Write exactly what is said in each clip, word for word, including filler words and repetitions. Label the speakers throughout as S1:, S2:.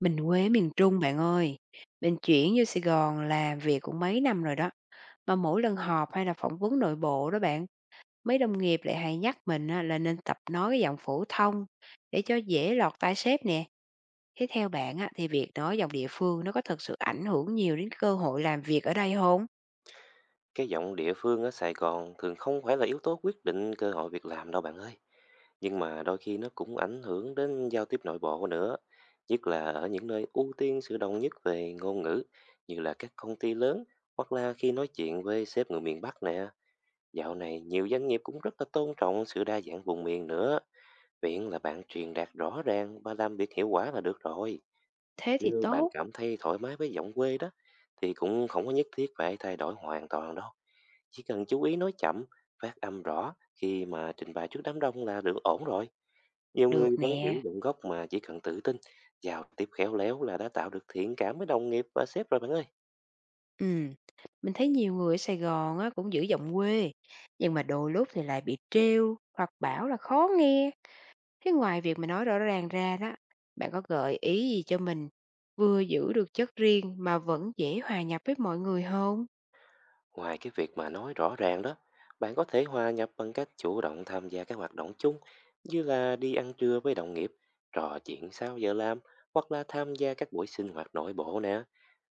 S1: Mình quê ở miền Trung bạn ơi, mình chuyển vô Sài Gòn làm việc cũng mấy năm rồi đó. Mà mỗi lần họp hay là phỏng vấn nội bộ đó bạn, mấy đồng nghiệp lại hay nhắc mình á, là nên tập nói cái giọng phổ thông để cho dễ lọt tai sếp nè. Thế theo bạn á, thì việc nói giọng địa phương nó có thực sự ảnh hưởng nhiều đến cơ hội làm việc ở đây không?
S2: Cái giọng địa phương ở Sài Gòn thường không phải là yếu tố quyết định cơ hội việc làm đâu bạn ơi. Nhưng mà đôi khi nó cũng ảnh hưởng đến giao tiếp nội bộ nữa. Nhất là ở những nơi ưu tiên sự đồng nhất về ngôn ngữ như là các công ty lớn hoặc là khi nói chuyện với sếp người miền Bắc nè. Dạo này nhiều doanh nghiệp cũng rất là tôn trọng sự đa dạng vùng miền nữa. Miễn là bạn truyền đạt rõ ràng và làm việc hiệu quả là được rồi.
S1: Thế thì
S2: Nếu bạn
S1: tốt,
S2: cảm thấy thoải mái với giọng quê đó thì cũng không có nhất thiết phải thay đổi hoàn toàn đâu. Chỉ cần chú ý nói chậm, phát âm rõ khi mà trình bày trước đám đông là được ổn rồi. Nhiều
S1: được
S2: người vẫn giữ
S1: nè.
S2: giọng gốc mà chỉ cần tự tin, giao tiếp khéo léo là đã tạo được thiện cảm với đồng nghiệp và sếp rồi bạn ơi.
S1: Ừ, mình thấy nhiều người ở Sài Gòn á, cũng giữ giọng quê, nhưng mà đôi lúc thì lại bị trêu hoặc bảo là khó nghe. Thế ngoài việc mà nói rõ ràng ra đó, bạn có gợi ý gì cho mình vừa giữ được chất riêng mà vẫn dễ hòa nhập với mọi người hông?
S2: Ngoài cái việc mà nói rõ ràng đó, bạn có thể hòa nhập bằng cách chủ động tham gia các hoạt động chung như là đi ăn trưa với đồng nghiệp, trò chuyện sau giờ làm hoặc là tham gia các buổi sinh hoạt nội bộ nè.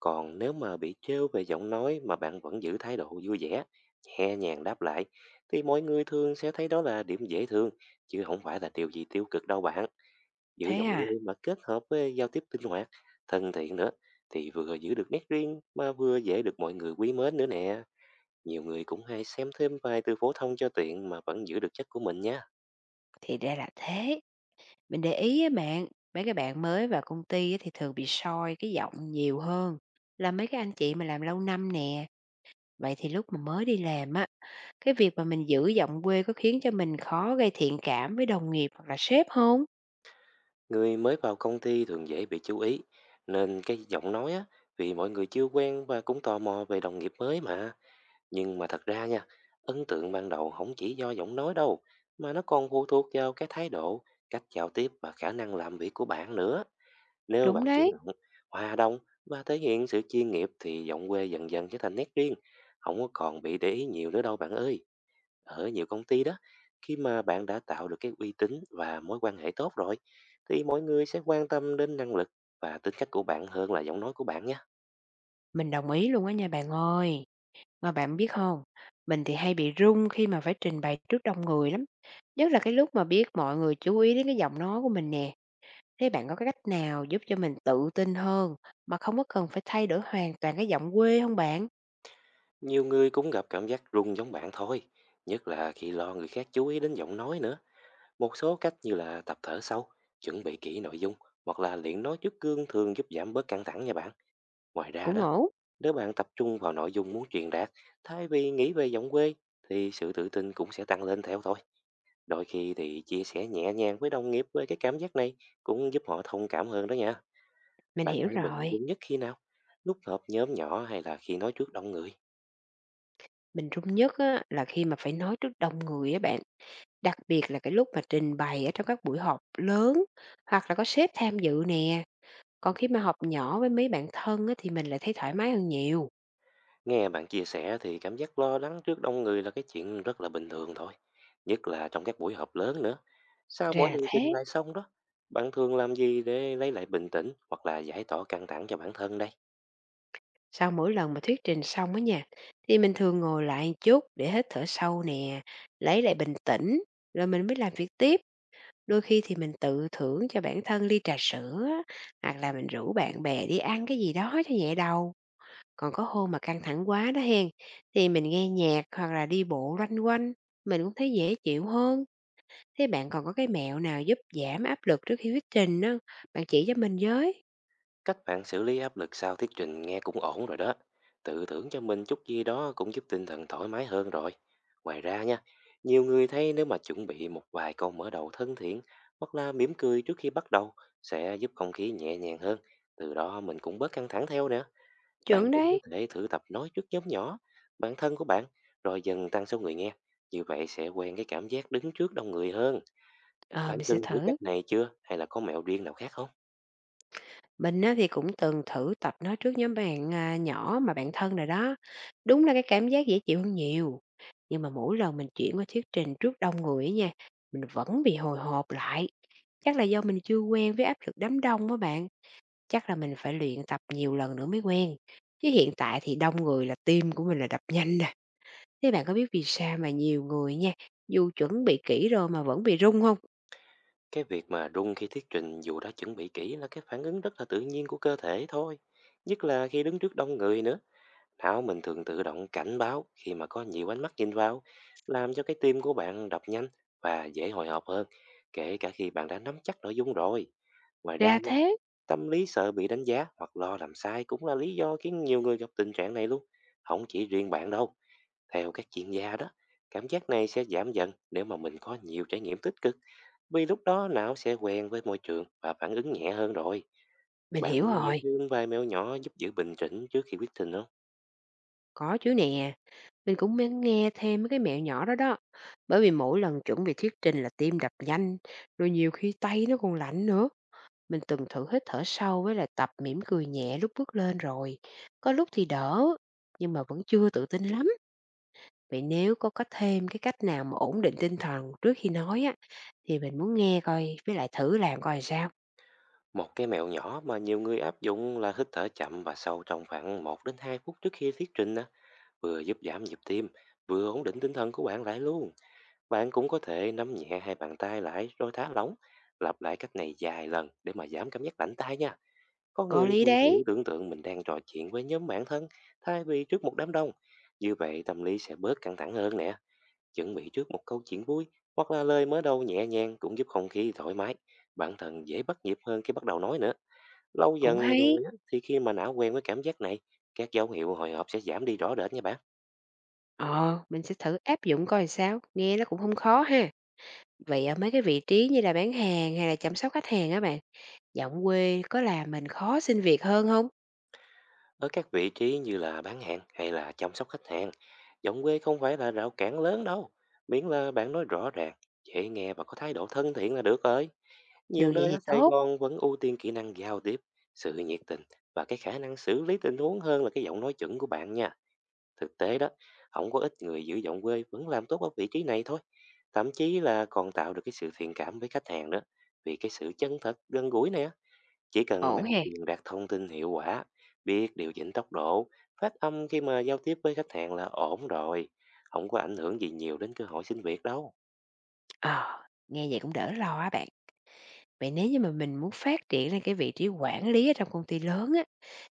S2: Còn nếu mà bị trêu về giọng nói mà bạn vẫn giữ thái độ vui vẻ, nhẹ nhàng đáp lại thì mọi người thường sẽ thấy đó là điểm dễ thương chứ không phải là điều gì tiêu cực đâu bạn. Giữ
S1: Thế
S2: giọng quê
S1: à,
S2: mà kết hợp với giao tiếp linh hoạt, thân thiện nữa thì vừa giữ được nét riêng mà vừa dễ được mọi người quý mến nữa nè. Nhiều người cũng hay xem thêm vài từ phổ thông cho tiện mà vẫn giữ được chất của mình nha.
S1: thì ra là thế. Mình để ý á bạn, mấy cái bạn mới vào công ty á thì thường bị soi cái giọng nhiều hơn là mấy cái anh chị mà làm lâu năm nè. Vậy thì lúc mà mới đi làm á, cái việc mà mình giữ giọng quê có khiến cho mình khó gây thiện cảm với đồng nghiệp hoặc là sếp không?
S2: Người mới vào công ty thường dễ bị chú ý, nên cái giọng nói á, vì mọi người chưa quen và cũng tò mò về đồng nghiệp mới mà. Nhưng mà thật ra nha, ấn tượng ban đầu không chỉ do giọng nói đâu, mà nó còn phụ thuộc vào cái thái độ, cách giao tiếp và khả năng làm việc của bạn nữa. Nếu bạn
S1: Đúng
S2: chủ
S1: đấy,
S2: động, hòa đồng và thể hiện sự chuyên nghiệp thì giọng quê dần dần trở thành nét riêng, không có còn bị để ý nhiều nữa đâu bạn ơi. Ở nhiều công ty đó, khi mà bạn đã tạo được cái uy tín và mối quan hệ tốt rồi, thì mọi người sẽ quan tâm đến năng lực và tính cách của bạn hơn là giọng nói của bạn nhé.
S1: mình đồng ý luôn á nha bạn ơi. Mà bạn biết không, mình thì hay bị run khi mà phải trình bày trước đông người lắm, nhất là cái lúc mà biết mọi người chú ý đến cái giọng nói của mình nè. Thế bạn có cái cách nào giúp cho mình tự tin hơn mà không có cần phải thay đổi hoàn toàn cái giọng quê không bạn?
S2: Nhiều người cũng gặp cảm giác rung giống bạn thôi, nhất là khi lo người khác chú ý đến giọng nói nữa. Một số cách như là tập thở sâu, chuẩn bị kỹ nội dung hoặc là luyện nói trước gương thường giúp giảm bớt căng thẳng nha bạn. Ngoài ra
S1: Cũng
S2: đó,
S1: ổn,
S2: nếu bạn tập trung vào nội dung muốn truyền đạt thay vì nghĩ về giọng quê thì sự tự tin cũng sẽ tăng lên theo thôi. Đôi khi thì chia sẻ nhẹ nhàng với đồng nghiệp về cái cảm giác này cũng giúp họ thông cảm hơn đó nha.
S1: mình
S2: Bạn
S1: hiểu
S2: thấy mình
S1: rồi,
S2: đúng nhất khi nào? Lúc họp nhóm nhỏ hay là khi nói trước đông người?
S1: mình run nhất á là khi mà phải nói trước đông người á bạn, đặc biệt là cái lúc mà trình bày ở trong các buổi họp lớn hoặc là có sếp tham dự nè, còn khi mà họp nhỏ với mấy bạn thân á thì mình lại thấy thoải mái hơn nhiều.
S2: Nghe bạn chia sẻ thì cảm giác lo lắng trước đông người là cái chuyện rất là bình thường thôi. Nhất là trong các buổi họp lớn nữa. Sau mỗi
S1: Ra là
S2: lần trình
S1: thế.
S2: bày xong đó, bạn thường làm gì để lấy lại bình tĩnh hoặc là giải tỏa căng thẳng cho bản thân đây?
S1: Sau mỗi lần mà thuyết trình xong á nha, thì mình thường ngồi lại một chút để hít thở sâu nè, lấy lại bình tĩnh, rồi mình mới làm việc tiếp. Đôi khi thì mình tự thưởng cho bản thân ly trà sữa, á, hoặc là mình rủ bạn bè đi ăn cái gì đó cho nhẹ đầu. Còn có hôm mà căng thẳng quá đó hen, thì mình nghe nhạc hoặc là đi bộ loanh quanh, mình cũng thấy dễ chịu hơn. Thế bạn còn có cái mẹo nào giúp giảm áp lực trước khi thuyết trình không? Bạn chỉ cho mình với.
S2: Cách bạn xử lý áp lực sau thuyết trình nghe cũng ổn rồi đó. Tự tưởng cho mình chút gì đó cũng giúp tinh thần thoải mái hơn rồi. Ngoài ra nha, nhiều người thấy nếu mà chuẩn bị một vài câu mở đầu thân thiện hoặc là mỉm cười trước khi bắt đầu sẽ giúp không khí nhẹ nhàng hơn. Từ đó mình cũng bớt căng thẳng theo nữa.
S1: Chuẩn
S2: Bạn cũng có
S1: đấy.
S2: thể thử tập nói trước nhóm nhỏ, bản thân của bạn, rồi dần tăng số người nghe. Như vậy sẽ quen cái cảm giác đứng trước đông người hơn.
S1: Ờ,
S2: Bạn
S1: mình sẽ
S2: từng thử cách
S1: thử.
S2: này chưa? Hay là có mẹo riêng nào khác không?
S1: Mình á thì cũng từng thử tập nói trước nhóm bạn, à, nhỏ mà bạn thân rồi đó. Đúng là cái cảm giác dễ chịu hơn nhiều. Nhưng mà mỗi lần mình chuyển qua thuyết trình trước đông người á nha, mình vẫn bị hồi hộp lại. Chắc là do mình chưa quen với áp lực đám đông á bạn. Chắc là mình phải luyện tập nhiều lần nữa mới quen. Chứ hiện tại thì đông người là tim của mình là đập nhanh nè. Thế bạn có biết vì sao mà nhiều người nha, dù chuẩn bị kỹ rồi mà vẫn bị rung không?
S2: Cái việc mà rung khi thuyết trình dù đã chuẩn bị kỹ là cái phản ứng rất là tự nhiên của cơ thể thôi. Nhất là khi đứng trước đông người nữa, não mình thường tự động cảnh báo khi mà có nhiều ánh mắt nhìn vào, làm cho cái tim của bạn đập nhanh và dễ hồi hộp hơn, kể cả khi bạn đã nắm chắc nội dung rồi. Ngoài
S1: Ra
S2: ra nha,
S1: thế,
S2: tâm lý sợ bị đánh giá hoặc lo làm sai cũng là lý do khiến nhiều người gặp tình trạng này luôn. Không chỉ riêng bạn đâu, theo các chuyên gia đó, cảm giác này sẽ giảm dần nếu mà mình có nhiều trải nghiệm tích cực vì lúc đó não sẽ quen với môi trường và phản ứng nhẹ hơn rồi.
S1: mình
S2: Bạn
S1: hiểu
S2: muốn nghe
S1: rồi,
S2: thêm vài mẹo nhỏ giúp giữ bình tĩnh trước khi quyết định không?
S1: có chứ nè. Mình cũng nên nghe thêm mấy cái mẹo nhỏ đó đó. Bởi vì mỗi lần chuẩn bị thuyết trình là tim đập nhanh, rồi nhiều khi tay nó còn lạnh nữa. Mình từng thử hít thở sâu với là tập mỉm cười nhẹ lúc bước lên rồi. Có lúc thì đỡ, nhưng mà vẫn chưa tự tin lắm. Vậy nếu có có thêm cái cách nào mà ổn định tinh thần trước khi nói á, thì mình muốn nghe coi, với lại thử làm coi sao.
S2: Một cái mẹo nhỏ mà nhiều người áp dụng là hít thở chậm và sâu trong khoảng một đến hai phút trước khi thuyết trình á, vừa giúp giảm nhịp tim, vừa ổn định tinh thần của bạn lại luôn. Bạn cũng có thể nắm nhẹ hai bàn tay lại rồi thả lỏng, lặp lại cách này vài lần để mà giảm cảm giác lạnh tay nha. Có người
S1: Có lý
S2: còn
S1: đấy,
S2: thử tưởng tượng mình đang trò chuyện với nhóm bạn thân thay vì trước một đám đông. Như vậy tâm lý sẽ bớt căng thẳng hơn nè. Chuẩn bị trước một câu chuyện vui hoặc là lời mở đầu nhẹ nhàng cũng giúp không khí thoải mái. Bản thân dễ bắt nhịp hơn khi bắt đầu nói nữa. Lâu
S1: cũng
S2: dần
S1: hay.
S2: rồi á, thì khi mà não quen với cảm giác này, các dấu hiệu hồi hộp sẽ giảm đi rõ rệt nha bạn.
S1: Ờ, mình sẽ thử áp dụng coi sao, nghe nó cũng không khó ha. Vậy ở mấy cái vị trí như là bán hàng hay là chăm sóc khách hàng á bạn, giọng quê có làm mình khó xin việc hơn không?
S2: Ở các vị trí như là bán hàng hay là chăm sóc khách hàng, giọng quê không phải là rào cản lớn đâu. Miễn là bạn nói rõ ràng, dễ nghe và có thái độ thân thiện là được rồi. Nhiều
S1: Được vậy
S2: nơi ở
S1: thì
S2: Sài
S1: tốt,
S2: Gòn vẫn ưu tiên kỹ năng giao tiếp, sự nhiệt tình và cái khả năng xử lý tình huống hơn là cái giọng nói chuẩn của bạn nha. Thực tế đó, không có ít người giữ giọng quê vẫn làm tốt ở vị trí này thôi. Thậm chí là còn tạo được cái sự thiện cảm với khách hàng đó. Vì cái sự chân thật, gần gũi này á, chỉ cần
S1: ổn
S2: bạn
S1: ha.
S2: truyền đạt thông tin hiệu quả, biết điều chỉnh tốc độ, phát âm khi mà giao tiếp với khách hàng là ổn rồi. Không có ảnh hưởng gì nhiều đến cơ hội xin việc đâu.
S1: Ờ, nghe vậy cũng đỡ lo á bạn. Vậy nếu như mà mình muốn phát triển lên cái vị trí quản lý ở trong công ty lớn á,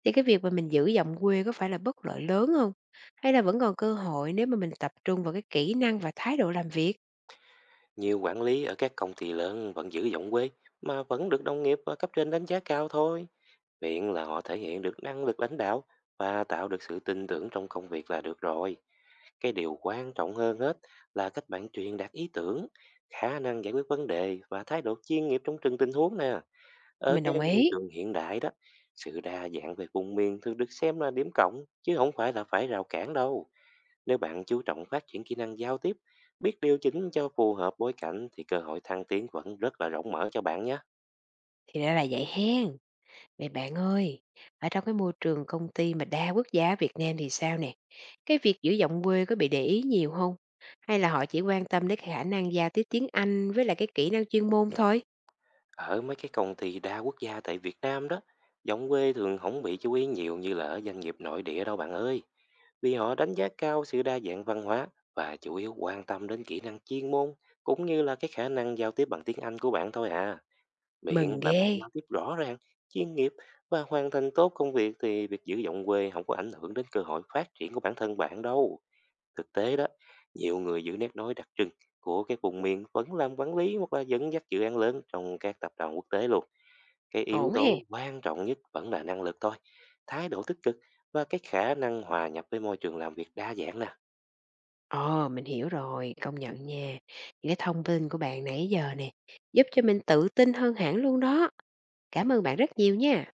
S1: thì cái việc mà mình giữ giọng quê có phải là bất lợi lớn không? Hay là vẫn còn cơ hội nếu mà mình tập trung vào cái kỹ năng và thái độ làm việc?
S2: Nhiều quản lý ở các công ty lớn vẫn giữ giọng quê mà vẫn được đồng nghiệp và cấp trên đánh giá cao thôi. Miễn là họ thể hiện được năng lực lãnh đạo và tạo được sự tin tưởng trong công việc là được rồi. Cái điều quan trọng hơn hết là cách bạn truyền đạt ý tưởng, khả năng giải quyết vấn đề và thái độ chuyên nghiệp trong từng tình huống nè. Ở
S1: Mình
S2: cái
S1: đồng
S2: môi
S1: ý,
S2: trường hiện đại đó, sự đa dạng về vùng miền thường được xem là điểm cộng chứ không phải là phải rào cản đâu. Nếu bạn chú trọng phát triển kỹ năng giao tiếp, biết điều chỉnh cho phù hợp bối cảnh thì cơ hội thăng tiến vẫn rất là rộng mở cho bạn nhé.
S1: thì ra là vậy hen. Này bạn ơi, ở trong cái môi trường công ty mà đa quốc gia ở Việt Nam thì sao nè? Cái việc giữ giọng quê có bị để ý nhiều không? Hay là họ chỉ quan tâm đến khả năng giao tiếp tiếng Anh với lại cái kỹ năng chuyên môn thôi?
S2: Ở mấy cái công ty đa quốc gia tại Việt Nam đó, giọng quê thường không bị chú ý nhiều như là ở doanh nghiệp nội địa đâu bạn ơi. Vì họ đánh giá cao sự đa dạng văn hóa và chủ yếu quan tâm đến kỹ năng chuyên môn cũng như là cái khả năng giao tiếp bằng tiếng Anh của bạn thôi à. Miễn
S1: Mừng
S2: là bạn
S1: ghê,
S2: giao tiếp rõ ràng, chuyên nghiệp và hoàn thành tốt công việc thì việc giữ giọng quê không có ảnh hưởng đến cơ hội phát triển của bản thân bạn đâu. Thực tế đó, nhiều người giữ nét nói đặc trưng của các vùng miền vẫn làm quản lý hoặc là dẫn dắt dự án lớn trong các tập đoàn quốc tế luôn. Cái yếu
S1: ổn he.
S2: tố quan trọng nhất vẫn là năng lực thôi, thái độ tích cực và cái khả năng hòa nhập với môi trường làm việc đa dạng nè.
S1: Ồ, mình hiểu rồi, công nhận nha. Những cái thông tin của bạn nãy giờ nè, giúp cho mình tự tin hơn hẳn luôn đó. Cảm ơn bạn rất nhiều nha.